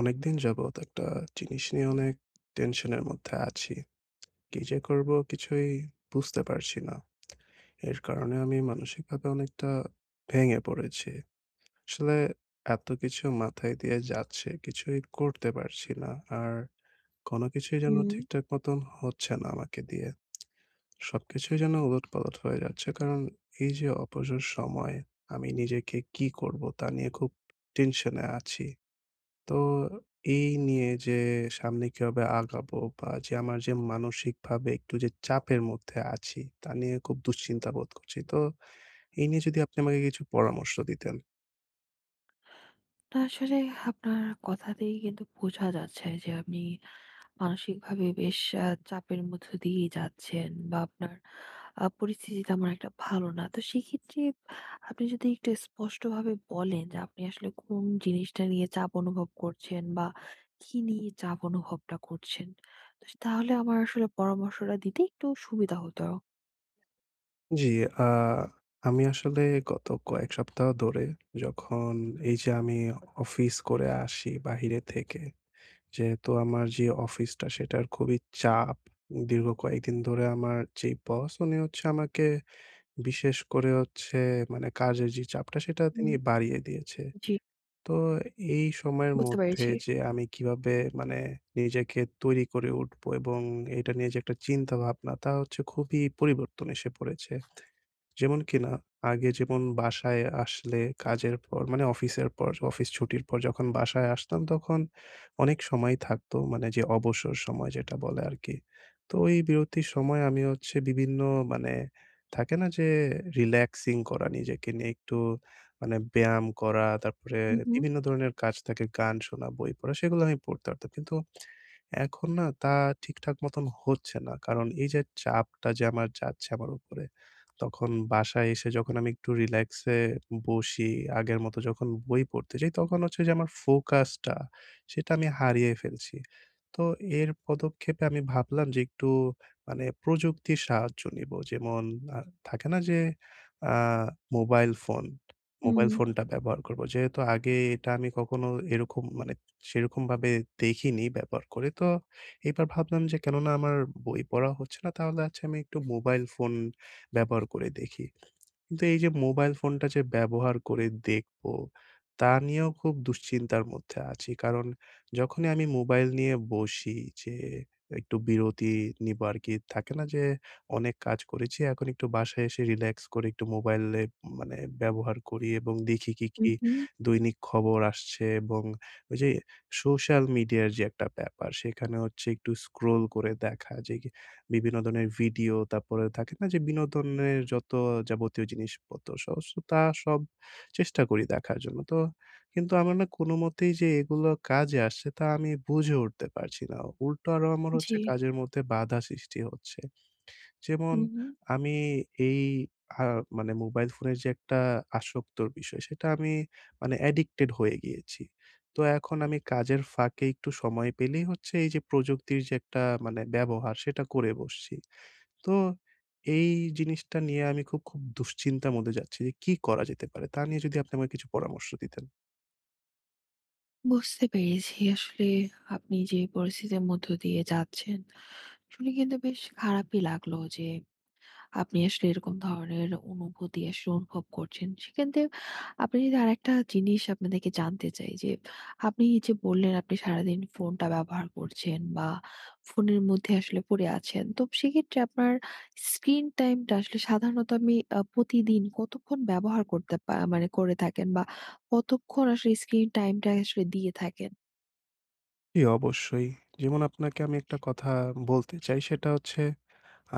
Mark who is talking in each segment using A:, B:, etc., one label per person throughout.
A: অনেকদিন যাবৎ একটা জিনিস নিয়ে অনেক টেনশনের মধ্যে আছি। কি যে করবো কিছুই বুঝতে পারছি না। এর কারণে আমি মানসিকভাবে অনেকটা ভেঙে পড়েছি। আসলে এত কিছু মাথায় দিয়ে যাচ্ছে, কিছুই করতে পারছি না। আর কোনো কিছুই যেন
B: হুম।
A: ঠিকঠাক মতন হচ্ছে না আমাকে দিয়ে। সবকিছুই যেন উলটপালট হয়ে যাচ্ছে। কারণ এই যে অবসর সময় আমি নিজেকে কি করবো তা নিয়ে খুব টেনশনে আছি। তো এই নিয়ে যে সামনে কিভাবে আগাবো বা যে আমার যে মানসিকভাবে একটু যে চাপের মধ্যে আছি তা নিয়ে খুব দুশ্চিন্তা বোধ করছি। তো এই নিয়ে যদি আপনি আমাকে কিছু পরামর্শ দিতেন।
B: না আসলে আপনার কথাতেই কিন্তু বোঝা যাচ্ছে যে আপনি মানসিকভাবে বেশ চাপের মধ্য দিয়েই যাচ্ছেন বা আপনার পরিস্থিতি তেমন একটা ভালো না। তো সেক্ষেত্রে আপনি যদি একটু স্পষ্টভাবে বলেন যে আপনি আসলে কোন জিনিসটা নিয়ে চাপ অনুভব করছেন বা কি নিয়ে চাপ অনুভবটা করছেন? তো তাহলে আমার আসলে পরামর্শটা দিতে একটু সুবিধা হতো।
A: জি, আ আমি আসলে গত কয়েক সপ্তাহ ধরে যখন এই যে আমি অফিস করে আসি বাহিরে থেকে, যেহেতু আমার যে অফিসটা সেটার খুবই চাপ। দীর্ঘ কয়েকদিন ধরে আমার যেই বস উনি হচ্ছে আমাকে বিশেষ করে হচ্ছে মানে কাজের যে চাপটা সেটা তিনি
B: হুম,
A: বাড়িয়ে দিয়েছে।
B: জি,
A: তো এই সময়ের
B: বুঝতে
A: মধ্যে
B: পেরেছি।
A: যে আমি কিভাবে মানে নিজেকে তৈরি করে উঠবো এবং এটা নিয়ে যে একটা চিন্তা ভাবনা তা হচ্ছে খুবই পরিবর্তন এসে পড়েছে। যেমন কিনা আগে যেমন বাসায় আসলে কাজের পর মানে অফিসের পর, অফিস ছুটির পর যখন বাসায় আসতাম তখন অনেক সময় থাকতো মানে যে অবসর সময় যেটা বলে আরকি। তো ওই বিরতির সময় আমি হচ্ছে বিভিন্ন মানে থাকে না যে রিল্যাক্সিং করা নিজেকে নিয়ে একটু মানে ব্যায়াম করা, তারপরে
B: হুম, হুম,
A: বিভিন্ন ধরনের কাজ থাকে গান শোনা, বই পড়া সেগুলো আমি পড়তে পারতাম। কিন্তু এখন না তা ঠিকঠাক মতন হচ্ছে না। কারণ এই যে চাপটা যে আমার যাচ্ছে আমার উপরে তখন বাসায় এসে যখন আমি একটু রিল্যাক্সে বসি, আগের মতো যখন বই পড়তে যাই, তখন হচ্ছে যে আমার ফোকাসটা, সেটা আমি হারিয়ে ফেলছি। তো এর পদক্ষেপে আমি ভাবলাম যে একটু মানে প্রযুক্তির সাহায্য নিবো। যেমন আ থাকে না যে আ মোবাইল ফোন,
B: হুম,
A: মোবাইল ফোনটা ব্যবহার করব। যেহেতু আগে এটা আমি কখনো এরকম মানে সেরকমভাবে দেখিনি ব্যবহার করে। তো এবার ভাবলাম যে কেননা আমার বই পড়া হচ্ছে না, তাহলে আচ্ছা আমি একটু মোবাইল ফোন ব্যবহার করে দেখি। কিন্তু এই যে মোবাইল ফোনটা যে ব্যবহার করে দেখবো, তা নিয়েও খুব দুশ্চিন্তার মধ্যে আছি। কারণ যখনই আমি মোবাইল নিয়ে বসি যে একটু বিরতি নিবো আরকি। থাকে না যে অনেক কাজ করেছি, এখন একটু বাসায় এসে রিল্যাক্স করে একটু মোবাইলে মানে ব্যবহার করি এবং দেখি কি,
B: হুম,
A: কি
B: হুম,
A: দৈনিক খবর আসছে এবং ওই যে সোশ্যাল মিডিয়ার যে একটা ব্যাপার, সেখানে হচ্ছে একটু স্ক্রল করে দেখা যে বিভিন্ন ধরনের ভিডিও, তারপরে থাকে না যে বিনোদনের যত যাবতীয় জিনিসপত্র তা সব চেষ্টা করি দেখার জন্য। তো কিন্তু আমার না কোনোমতেই যে এগুলো কাজে আসছে তা আমি বুঝে উঠতে পারছি না। উল্টো আরো আমার
B: জি,
A: হচ্ছে কাজের মধ্যে বাধা সৃষ্টি হচ্ছে। যেমন
B: হুম, হুম।
A: আমি এই আ মানে মোবাইল ফোনের যে একটা আসক্তর বিষয় সেটা আমি মানে অ্যাডিক্টেড হয়ে গিয়েছি। তো এখন আমি কাজের ফাঁকে একটু সময় পেলেই হচ্ছে এই যে প্রযুক্তির যে একটা মানে ব্যবহার সেটা করে বসছি। তো এই জিনিসটা নিয়ে আমি খুব, খুব দুশ্চিন্তার মধ্যে যাচ্ছি যে কি করা যেতে পারে? তা নিয়ে যদি আপনি আমাকে কিছু পরামর্শ দিতেন।
B: বুঝতে পেরেছি আসলে আপনি যে পরিস্থিতির মধ্য দিয়ে যাচ্ছেন শুনে কিন্তু বেশ খারাপই লাগলো যে আপনি আসলে এরকম ধরনের অনুভূতি আসলে অনুভব করছেন সেক্ষেত্রে আপনি যদি আর একটা জিনিস আপনাদেরকে জানতে চাই যে আপনি যে বললেন আপনি সারাদিন ফোনটা ব্যবহার করছেন বা ফোনের মধ্যে আসলে পড়ে আছেন তো সেক্ষেত্রে আপনার স্ক্রিন টাইমটা আসলে সাধারণত আমি প্রতিদিন কতক্ষণ ব্যবহার করতে মানে করে থাকেন বা কতক্ষণ আসলে স্ক্রিন টাইমটা আসলে দিয়ে থাকেন।
A: জি, অবশ্যই। যেমন আপনাকে আমি একটা কথা বলতে চাই সেটা হচ্ছে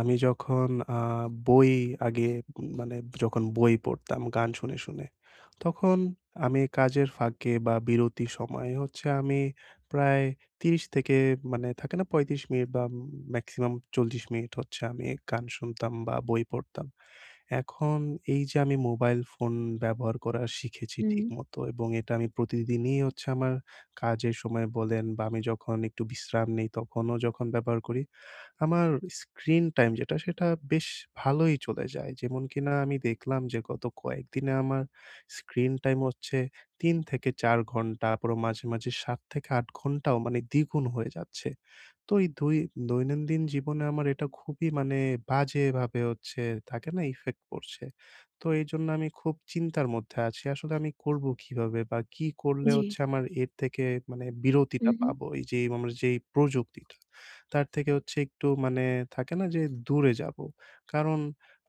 A: আমি যখন আ বই আগে মানে যখন বই পড়তাম গান শুনে, শুনে তখন আমি কাজের ফাঁকে বা বিরতির সময়ে হচ্ছে আমি প্রায় ৩০ থেকে মানে থাকে না ৩৫ মিনিট বা ম্যাক্সিমাম ৪০ মিনিট হচ্ছে আমি গান শুনতাম বা বই পড়তাম। এখন এই যে আমি মোবাইল ফোন ব্যবহার করা শিখেছি
B: হুম,
A: ঠিকমতো এবং এটা আমি প্রতিদিনই হচ্ছে আমার কাজের সময় বলেন বা আমি যখন একটু বিশ্রাম নেই তখনও যখন ব্যবহার করি, আমার স্ক্রিন টাইম যেটা সেটা বেশ ভালোই চলে যায়। যেমন কিনা আমি দেখলাম যে গত কয়েকদিনে আমার স্ক্রিন টাইম হচ্ছে ৩ থেকে ৪ ঘন্টা, আবারও মাঝে, মাঝে ৭ থেকে ৮ ঘন্টাও মানে দ্বিগুণ হয়ে যাচ্ছে। তো এই দুই দৈনন্দিন জীবনে আমার এটা খুবই মানে বাজেভাবে হচ্ছে থাকে না ইফেক্ট পড়ছে। তো এইজন্য আমি খুব চিন্তার মধ্যে আছি। আসলে আমি করব কিভাবে বা কি করলে
B: জি।
A: হচ্ছে আমার এর থেকে মানে বিরতিটা
B: উহু,
A: পাবো? এই যে আমার যেই প্রযুক্তিটা তার থেকে হচ্ছে একটু মানে থাকে না যে দূরে যাবো। কারণ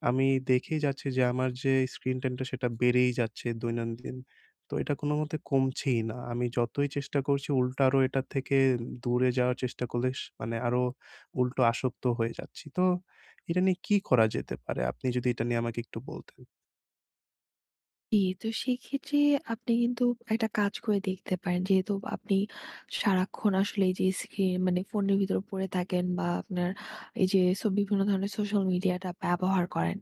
A: আমি দেখেই যাচ্ছি যে আমার যে স্ক্রিন টাইমটা সেটা বেড়েই যাচ্ছে দৈনন্দিন। তো এটা কোনোমতে কমছেই না। আমি যতই চেষ্টা করছি উল্টো আরো এটা থেকে দূরে যাওয়ার চেষ্টা করলে মানে আরো উল্টো আসক্ত হয়ে যাচ্ছি। তো এটা নিয়ে কি করা যেতে পারে? আপনি যদি এটা নিয়ে আমাকে একটু বলতেন।
B: জি, তো সেক্ষেত্রে আপনি কিন্তু একটা কাজ করে দেখতে পারেন। যেহেতু আপনি সারাক্ষণ আসলে এই যে স্ক্রিন মানে ফোনের ভিতরে পড়ে থাকেন বা আপনার এই যে বিভিন্ন ধরনের সোশ্যাল মিডিয়াটা ব্যবহার করেন।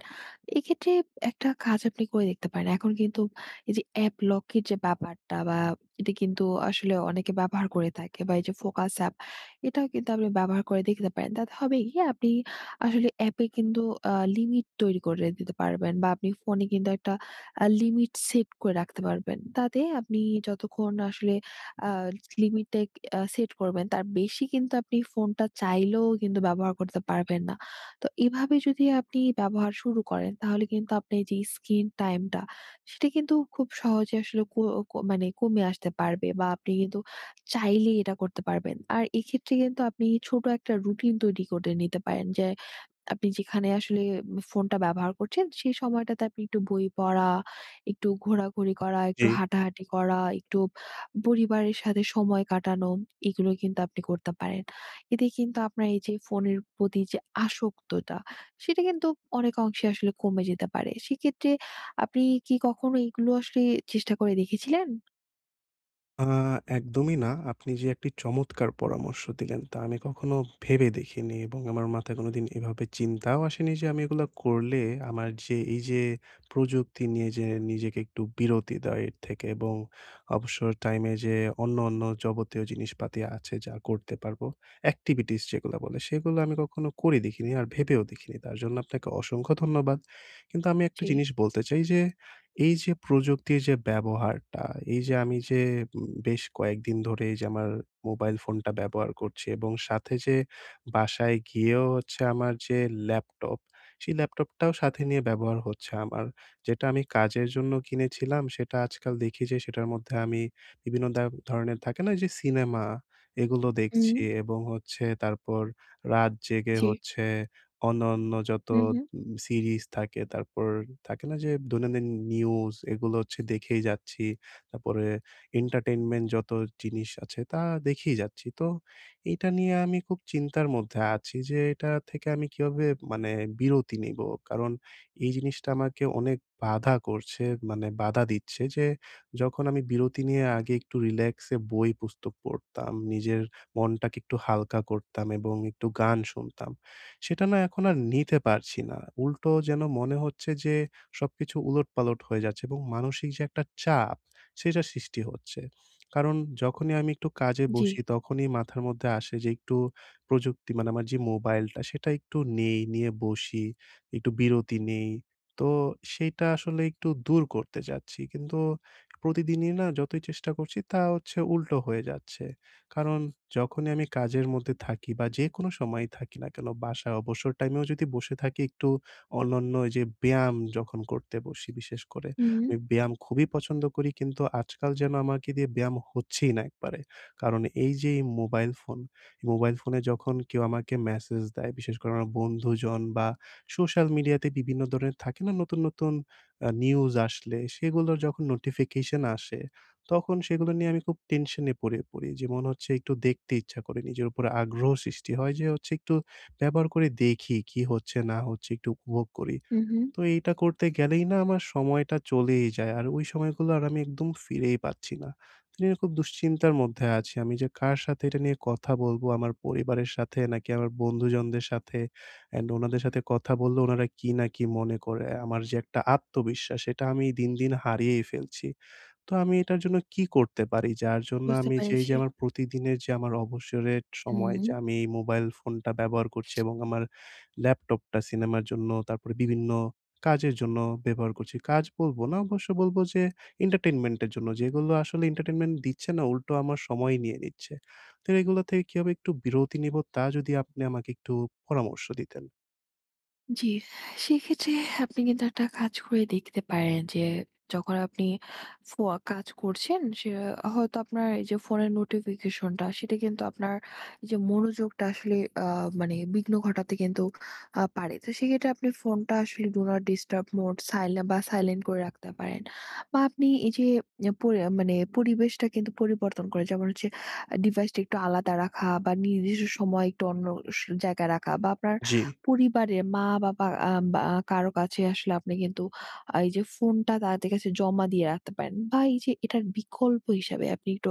B: এক্ষেত্রে একটা কাজ আপনি করে দেখতে পারেন। এখন কিন্তু এই যে অ্যাপ লকের যে ব্যাপারটা বা এটা কিন্তু আসলে অনেকে ব্যবহার করে থাকে বা এই যে ফোকাস অ্যাপ এটাও কিন্তু আপনি ব্যবহার করে দেখতে পারেন। তাতে হবে কি আপনি আসলে অ্যাপে কিন্তু লিমিট তৈরি করে দিতে পারবেন বা আপনি ফোনে কিন্তু একটা লিমিট সেট করে রাখতে পারবেন। তাতে আপনি যতক্ষণ আসলে আ লিমিটটা সেট করবেন, তার বেশি কিন্তু আপনি ফোনটা চাইলেও কিন্তু ব্যবহার করতে পারবেন না। তো এভাবে যদি আপনি ব্যবহার শুরু করেন, তাহলে কিন্তু আপনার যে স্ক্রিন টাইমটা, সেটা কিন্তু খুব সহজে আসলে কো কো মানে কমে আসতে পারবে বা আপনি কিন্তু চাইলেই এটা করতে পারবেন। আর এক্ষেত্রে কিন্তু আপনি ছোট একটা রুটিন তৈরি করে নিতে পারেন যে আপনি যেখানে আসলে ফোনটা ব্যবহার করছেন, সেই সময়টাতে আপনি একটু বই পড়া, একটু ঘোরাঘুরি করা, একটু
A: জি।
B: হাঁটাহাঁটি করা, একটু পরিবারের সাথে সময় কাটানো, এগুলো কিন্তু আপনি করতে পারেন। এতে কিন্তু আপনার এই যে ফোনের প্রতি যে আসক্তটা, সেটা কিন্তু অনেক অংশে আসলে কমে যেতে পারে। সেক্ষেত্রে আপনি কি কখনো এগুলো আসলে চেষ্টা করে দেখেছিলেন?
A: আ একদমই না। আপনি যে একটি চমৎকার পরামর্শ দিলেন তা আমি কখনো ভেবে দেখিনি এবং আমার মাথায় কোনোদিন এভাবে চিন্তাও আসেনি যে আমি এগুলা করলে আমার যে এই যে প্রযুক্তি নিয়ে যে নিজেকে একটু বিরতি দেওয়া এর থেকে এবং অবসর টাইমে যে অন্য, অন্য যাবতীয় জিনিসপাতি আছে যা করতে পারবো, activities যেগুলা বলে সেগুলো আমি কখনো করে দেখিনি আর ভেবেও দেখিনি। তার জন্য আপনাকে অসংখ্য ধন্যবাদ। কিন্তু আমি একটা
B: জি।
A: জিনিস বলতে চাই যে, এই যে প্রযুক্তির যে ব্যবহারটা, এই যে আমি যে বেশ কয়েকদিন ধরে এই যে আমার মোবাইল ফোনটা ব্যবহার করছি এবং সাথে যে বাসায় গিয়েও হচ্ছে আমার যে ল্যাপটপ, সেই ল্যাপটপটাও সাথে নিয়ে ব্যবহার হচ্ছে আমার। যেটা আমি কাজের জন্য কিনেছিলাম সেটা আজকাল দেখি যে সেটার মধ্যে আমি বিভিন্ন ধরনের থাকে না যে সিনেমা, এগুলো
B: হুম,
A: দেখছি এবং হচ্ছে তারপর রাত জেগে
B: জি।
A: হচ্ছে অন্যান্য যত
B: হু, হু।
A: সিরিজ থাকে তারপর থাকে না যে দৈনন্দিন নিউজ এগুলো হচ্ছে দেখেই যাচ্ছি। তারপরে entertainment যত জিনিস আছে তা দেখেই যাচ্ছি। তো এইটা নিয়ে আমি খুব চিন্তার মধ্যে আছি যে এটা থেকে আমি কিভাবে মানে বিরতি নিবো? কারণ এই জিনিসটা আমাকে অনেক বাধা করছে মানে বাধা দিচ্ছে যে যখন আমি বিরতি নিয়ে আগে একটু রিল্যাক্স এ বই পুস্তক পড়তাম, নিজের মনটাকে একটু হালকা করতাম এবং একটু গান শুনতাম। সেটা না এখন আর নিতে পারছি না। উল্টো যেন মনে হচ্ছে যে সবকিছু উলটপালট হয়ে যাচ্ছে এবং মানসিক যে একটা চাপ সেটা সৃষ্টি হচ্ছে। কারণ যখনই আমি একটু কাজে
B: জি।
A: বসি তখনই মাথার মধ্যে আসে যে একটু প্রযুক্তি মানে আমার যে মোবাইলটা সেটা একটু নেই, নিয়ে বসি, একটু বিরতি নেই। তো সেইটা আসলে একটু দূর করতে চাচ্ছি। কিন্তু প্রতিদিনই না যতই চেষ্টা করছি তা হচ্ছে উল্টো হয়ে যাচ্ছে। কারণ যখনই আমি কাজের মধ্যে থাকি বা যেকোনো সময়ই থাকি না কেন বাসায় অবসর টাইমেও যদি বসে থাকি একটু অন্যান্য যে ব্যায়াম যখন করতে বসি বিশেষ করে
B: হুম,
A: আমি ব্যায়াম খুবই পছন্দ করি কিন্তু আজকাল যেন আমাকে দিয়ে ব্যায়াম হচ্ছেই না একবারে। কারণ এই যে এই মোবাইল ফোন, এই মোবাইল ফোনে যখন কেউ আমাকে মেসেজ দেয়, বিশেষ করে আমার বন্ধুজন বা সোশ্যাল মিডিয়াতে বিভিন্ন ধরনের থাকে না নতুন, নতুন নিউজ আসলে সেগুলোর যখন নোটিফিকেশন আসে, তখন সেগুলো নিয়ে আমি খুব টেনশনে পড়ি। যে মনে হচ্ছে একটু দেখতে ইচ্ছা করে, নিজের উপরে আগ্রহ সৃষ্টি হয় যে হচ্ছে একটু ব্যবহার করে দেখি কি হচ্ছে না হচ্ছে একটু উপভোগ করি।
B: হু, হু।
A: তো এইটা করতে গেলেই না আমার সময়টা চলেই যায়। আর ওই সময়গুলো আর আমি একদম ফিরেই পাচ্ছি না। এটা নিয়ে খুব দুশ্চিন্তার মধ্যে আছি। আমি যে কার সাথে এটা নিয়ে কথা বলবো, আমার পরিবারের সাথে নাকি আমার বন্ধুজনদের সাথে? অ্যান্ড ওনাদের সাথে কথা বললে ওনারা কি না কি মনে করে? আমার যে একটা আত্মবিশ্বাস, এটা আমি দিন, দিন হারিয়েই ফেলছি। তো আমি এটার জন্য কি করতে পারি? যার জন্য
B: বুঝতে
A: আমি যে এই যে
B: পেরেছি।
A: আমার প্রতিদিনের যে আমার অবসরের সময়
B: হুম।
A: যে আমি এই মোবাইল ফোনটা ব্যবহার করছি এবং আমার ল্যাপটপটা সিনেমার জন্য, তারপরে বিভিন্ন কাজের জন্য ব্যবহার করছি। কাজ বলব না, অবশ্য বলব যে entertainment এর জন্য। যেগুলো আসলে entertainment দিচ্ছে না, উল্টো আমার সময় নিয়ে নিচ্ছে। তো এগুলো থেকে কিভাবে একটু বিরতি নিব তা যদি আপনি আমাকে একটু পরামর্শ দিতেন।
B: জি, সেক্ষেত্রে আপনি কিন্তু একটা কাজ করে দেখতে পারেন যে যখন আপনি ফো কাজ করছেন সে হয়তো আপনার এই যে ফোনের নোটিফিকেশনটা সেটা কিন্তু আপনার এই যে মনোযোগটা আসলে মানে বিঘ্ন ঘটাতে কিন্তু পারে তো সেক্ষেত্রে আপনি ফোনটা আসলে do not disturb mode silent বা সাইলেন্ট করে রাখতে পারেন বা আপনি এই যে মানে পরিবেশটা কিন্তু পরিবর্তন করে যেমন হচ্ছে ডিভাইসটা একটু আলাদা রাখা বা নির্দিষ্ট সময় একটু অন্য জায়গায় রাখা বা আপনার
A: জি।
B: পরিবারের মা-বাবা বা কারো কাছে আসলে আপনি কিন্তু এই যে ফোনটা তাদের কাছে জমা দিয়ে রাখতে পারেন বা এই যে এটার বিকল্প হিসাবে আপনি একটু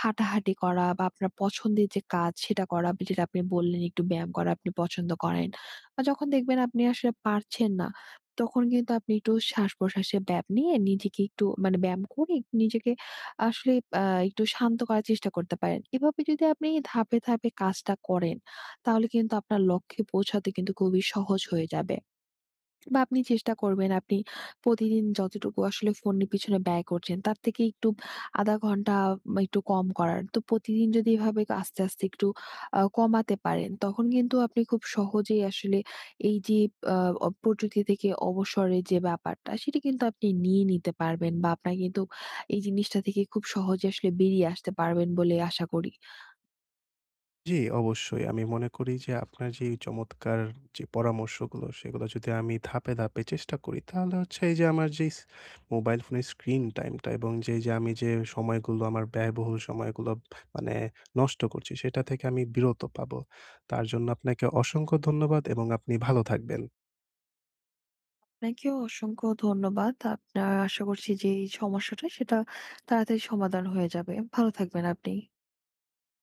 B: হাঁটাহাঁটি করা বা আপনার পছন্দের যে কাজ সেটা করা। যেটা আপনি বললেন একটু ব্যায়াম করা আপনি পছন্দ করেন। বা যখন দেখবেন আপনি আসলে পারছেন না, তখন কিন্তু আপনি একটু শ্বাস-প্রশ্বাসের ব্যায়াম নিয়ে নিজেকে একটু মানে ব্যায়াম করে একটু নিজেকে আসলে একটু শান্ত করার চেষ্টা করতে পারেন। এভাবে যদি আপনি ধাপে, ধাপে কাজটা করেন তাহলে কিন্তু আপনার লক্ষ্যে পৌঁছাতে কিন্তু খুবই সহজ হয়ে যাবে। বা আপনি চেষ্টা করবেন আপনি প্রতিদিন যতটুকু আসলে ফোনের পিছনে ব্যয় করছেন তার থেকে একটু ০.৫ ঘন্টা বা একটু কম করার। তো প্রতিদিন যদি এভাবে আস্তে, আস্তে একটু কমাতে পারেন তখন কিন্তু আপনি খুব সহজেই আসলে এই যে আ অ প্রযুক্তি থেকে অবসরের যে ব্যাপারটা সেটা কিন্তু আপনি নিয়ে নিতে পারবেন বা আপনার কিন্তু এই জিনিসটা থেকে খুব সহজে আসলে বেরিয়ে আসতে পারবেন বলে আশা করি।
A: জি, অবশ্যই। আমি মনে করি যে আপনার যে এই চমৎকার যে পরামর্শগুলো সেগুলো যদি আমি ধাপে, ধাপে চেষ্টা করি তাহলে হচ্ছে এই যে আমার যেই মোবাইল ফোনের স্ক্রিন টাইমটা এবং যে, যে আমি যে সময়গুলো আমার ব্যয়বহুল সময়গুলো মানে নষ্ট করছি সেটা থেকে আমি বিরত পাবো। তার জন্য আপনাকে অসংখ্য ধন্যবাদ এবং আপনি ভালো থাকবেন।
B: আপনাকেও অসংখ্য ধন্যবাদ। আপনার আশা করছি যে এই সমস্যাটা সেটা তাড়াতাড়ি সমাধান হয়ে যাবে। ভালো থাকবেন আপনি।